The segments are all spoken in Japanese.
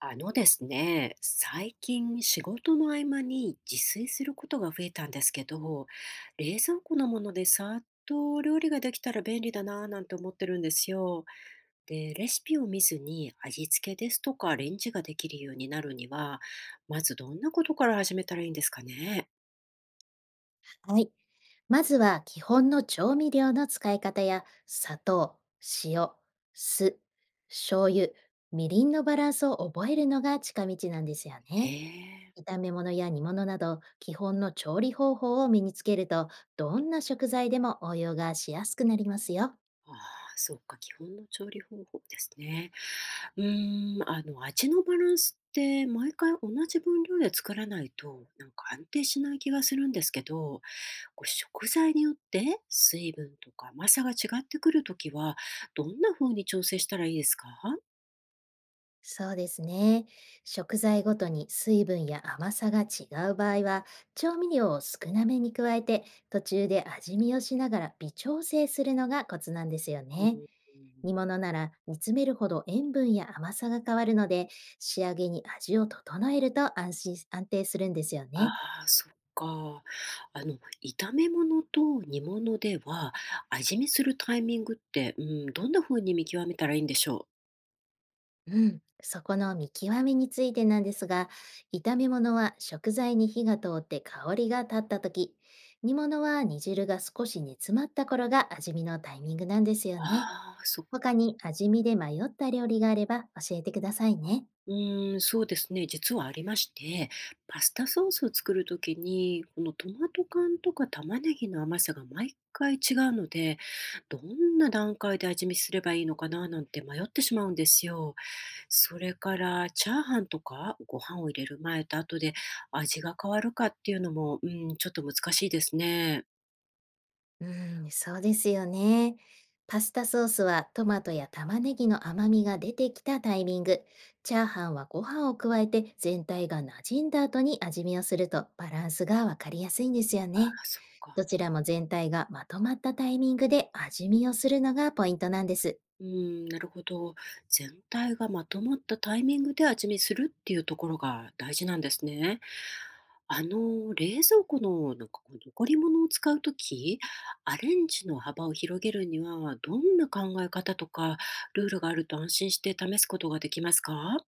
あのですね、最近仕事の合間に自炊することが増えたんですけど、冷蔵庫のものでさっとお料理ができたら便利だなぁなんて思ってるんですよ。で、レシピを見ずに味付けですとかアレンジができるようになるには、まずどんなことから始めたらいいんですかね。はい。まずは基本の調味料の使い方や砂糖、塩、酢、醤油、みりんのバランスを覚えるのが近道なんですよね。ええ、炒め物や煮物など基本の調理方法を身につけると、どんな食材でも応用がしやすくなりますよ。ああ、そうか、基本の調理方法ですね。うーん、味のバランスって毎回同じ分量で作らないと、なんか安定しない気がするんですけど、こう食材によって水分とか甘さが違ってくるときは、どんな風に調整したらいいですか？そうですね。食材ごとに水分や甘さが違う場合は、調味料を少なめに加えて、途中で味見をしながら微調整するのがコツなんですようん、ね。煮物なら煮詰めるほど塩分や甘さが変わるので、仕上げに味を整えると安心、安定するんですよあね。あ、そっか。炒め物と煮物では、味見するタイミングって、うん、どんな風に見極めたらいいんでしょう？うん、そこの見極めについてなんですが、炒め物は食材に火が通って香りが立った時、煮物は煮汁が少し煮詰まった頃が味見のタイミングなんですよね。ああ、他に味見で迷った料理があれば教えてくださいね。うーん、そうですね。実はありまして、パスタソースを作るときに、このトマト缶とか玉ねぎの甘さが毎回違うので、どんな段階で味見すればいいのかななんて迷ってしまうんですよ。それから、チャーハンとかご飯を入れる前と後で味が変わるかっていうのも、うん、ちょっと難しいですね。うん、そうですよね。パスタソースはトマトや玉ねぎの甘みが出てきたタイミング、チャーハンはご飯を加えて全体が馴染んだ後に味見をするとバランスがわかりやすいんですよああ、ね。そっどか。ちらも全体がまとまったタイミングで味見をするのがポイントなんです。うん、なるほど。全体がまとまったタイミングで味見するっていうところが大事なんですね。冷蔵庫のなんかこう残り物を使うとき、アレンジの幅を広げるには、どんな考え方とかルールがあると安心して試すことができますか？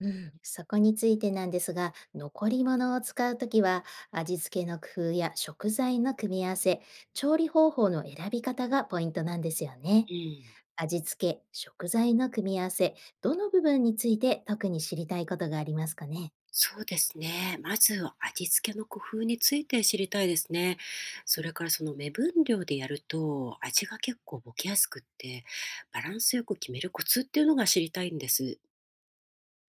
うん、そこについてなんですが、残り物を使うときは、味付けの工夫や食材の組み合わせ、調理方法の選び方がポイントなんですよね。うん。味付け、食材の組み合わせ、どの部分について特に知りたいことがありますかね。そうですね。まず味付けの工夫について知りたいですね。それからその目分量でやると味が結構ボケやすくってバランスよく決めるコツっていうのが知りたいんです。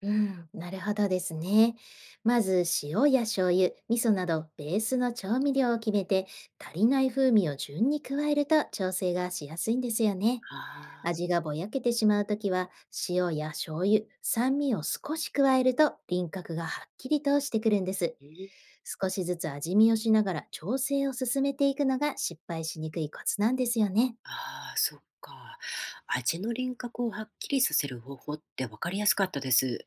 うん、なるほどですね。まず塩や醤油、味噌などベースの調味料を決めて、足りない風味を順に加えると調整がしやすいんですよね。ああ、味がぼやけてしまうときは、塩や醤油、酸味を少し加えると輪郭がはっきりとしてくるんです。うん、少しずつ味見をしながら調整を進めていくのが失敗しにくいコツなんですよね。ああ、そっか。味の輪郭をはっきりさせる方法って分かりやすかったです。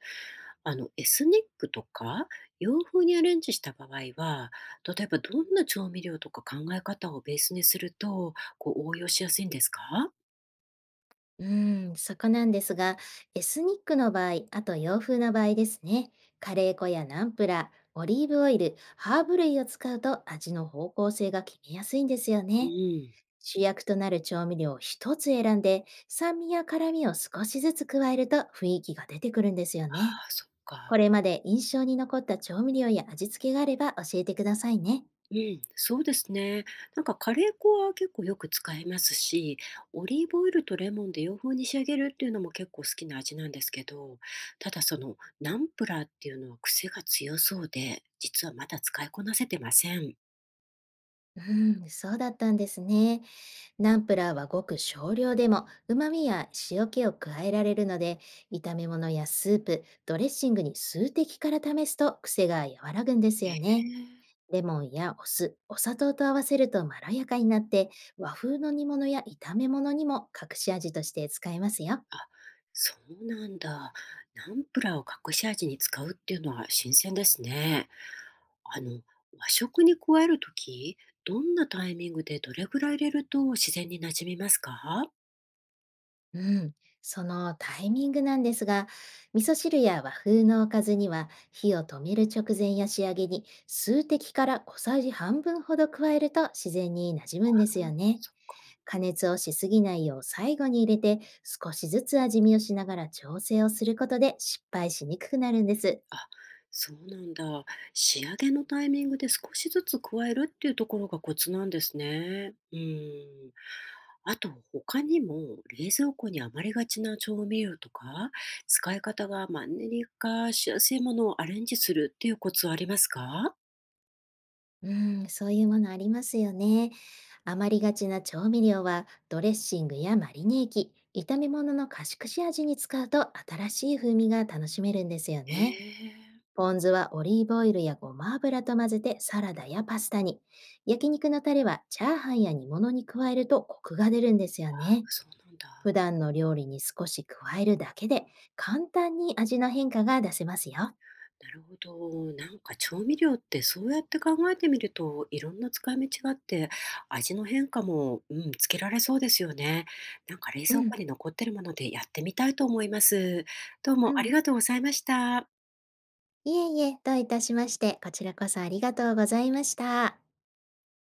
エスニックとか洋風にアレンジした場合は、例えばどんな調味料とか考え方をベースにするとこう応用しやすいんですか？うん、そこなんですが、エスニックの場合、あと洋風の場合ですね。カレー粉やナンプラー、オリーブオイル、ハーブ類を使うと味の方向性が決めやすいんですようね。ん。主役となる調味料を一つ選んで、酸味や辛味を少しずつ加えると雰囲気が出てくるんですよあね。あ、そっこか。れまで印象に残った調味料や味付けがあれば教えてくださいね。うん、そうですね。なんかカレー粉は結構よく使いますし、オリーブオイルとレモンで洋風に仕上げるっていうのも結構好きな味なんですけど、ただそのナンプラーっていうのは癖が強そうで、実はまだ使いこなせてません。うん、そうだったんですね。ナンプラーはごく少量でも旨味や塩気を加えられるので、炒め物やスープ、ドレッシングに数滴から試すと癖が和らぐんですよね。ええ、レモンやお酢、お砂糖と合わせるとまろやかになって、和風の煮物や炒め物にも隠し味として使えますよ。あ、そうなんだ。ナンプラーを隠し味に使うっていうのは新鮮ですね。あの、和食に加えるとき、どんなタイミングでどれぐらい入れると自然に馴染みますか？うん、そのタイミングなんですが、味噌汁や和風のおかずには火を止める直前や仕上げに数滴から小さじ半分ほど加えると自然に馴染むんですあ、よね。そっか。加熱をしすぎないよう最後に入れて少しずつ味見をしながら調整をすることで失敗しにくくなるんです。あ、そうなんだ。仕上げのタイミングで少しずつ加えるっていうところがコツなんですね。うん。あと他にも冷蔵庫に余りがちな調味料とか、使い方がマンネリ化しやすいものをアレンジするっていうコツはありますか？うん、そういうものありますよね。余りがちな調味料はドレッシングやマリネ液、炒め物の貸し串味に使うと新しい風味が楽しめるんですよへね。え、ポン酢はオリーブオイルやごま油と混ぜてサラダやパスタに。焼肉のタレはチャーハンや煮物に加えるとコクが出るんですよね。そうなんだ。普段の料理に少し加えるだけで簡単に味の変化が出せますよ。なるほど。なんか調味料ってそうやって考えてみると、いろんな使い道があって、味の変化も、うん、つけられそうですよね。なんか冷う蔵庫ん。に残ってるものでやってみたいと思います。どううもありん、がとうございました。いえいえ、どういたしまして、こちらこそありがとうございました。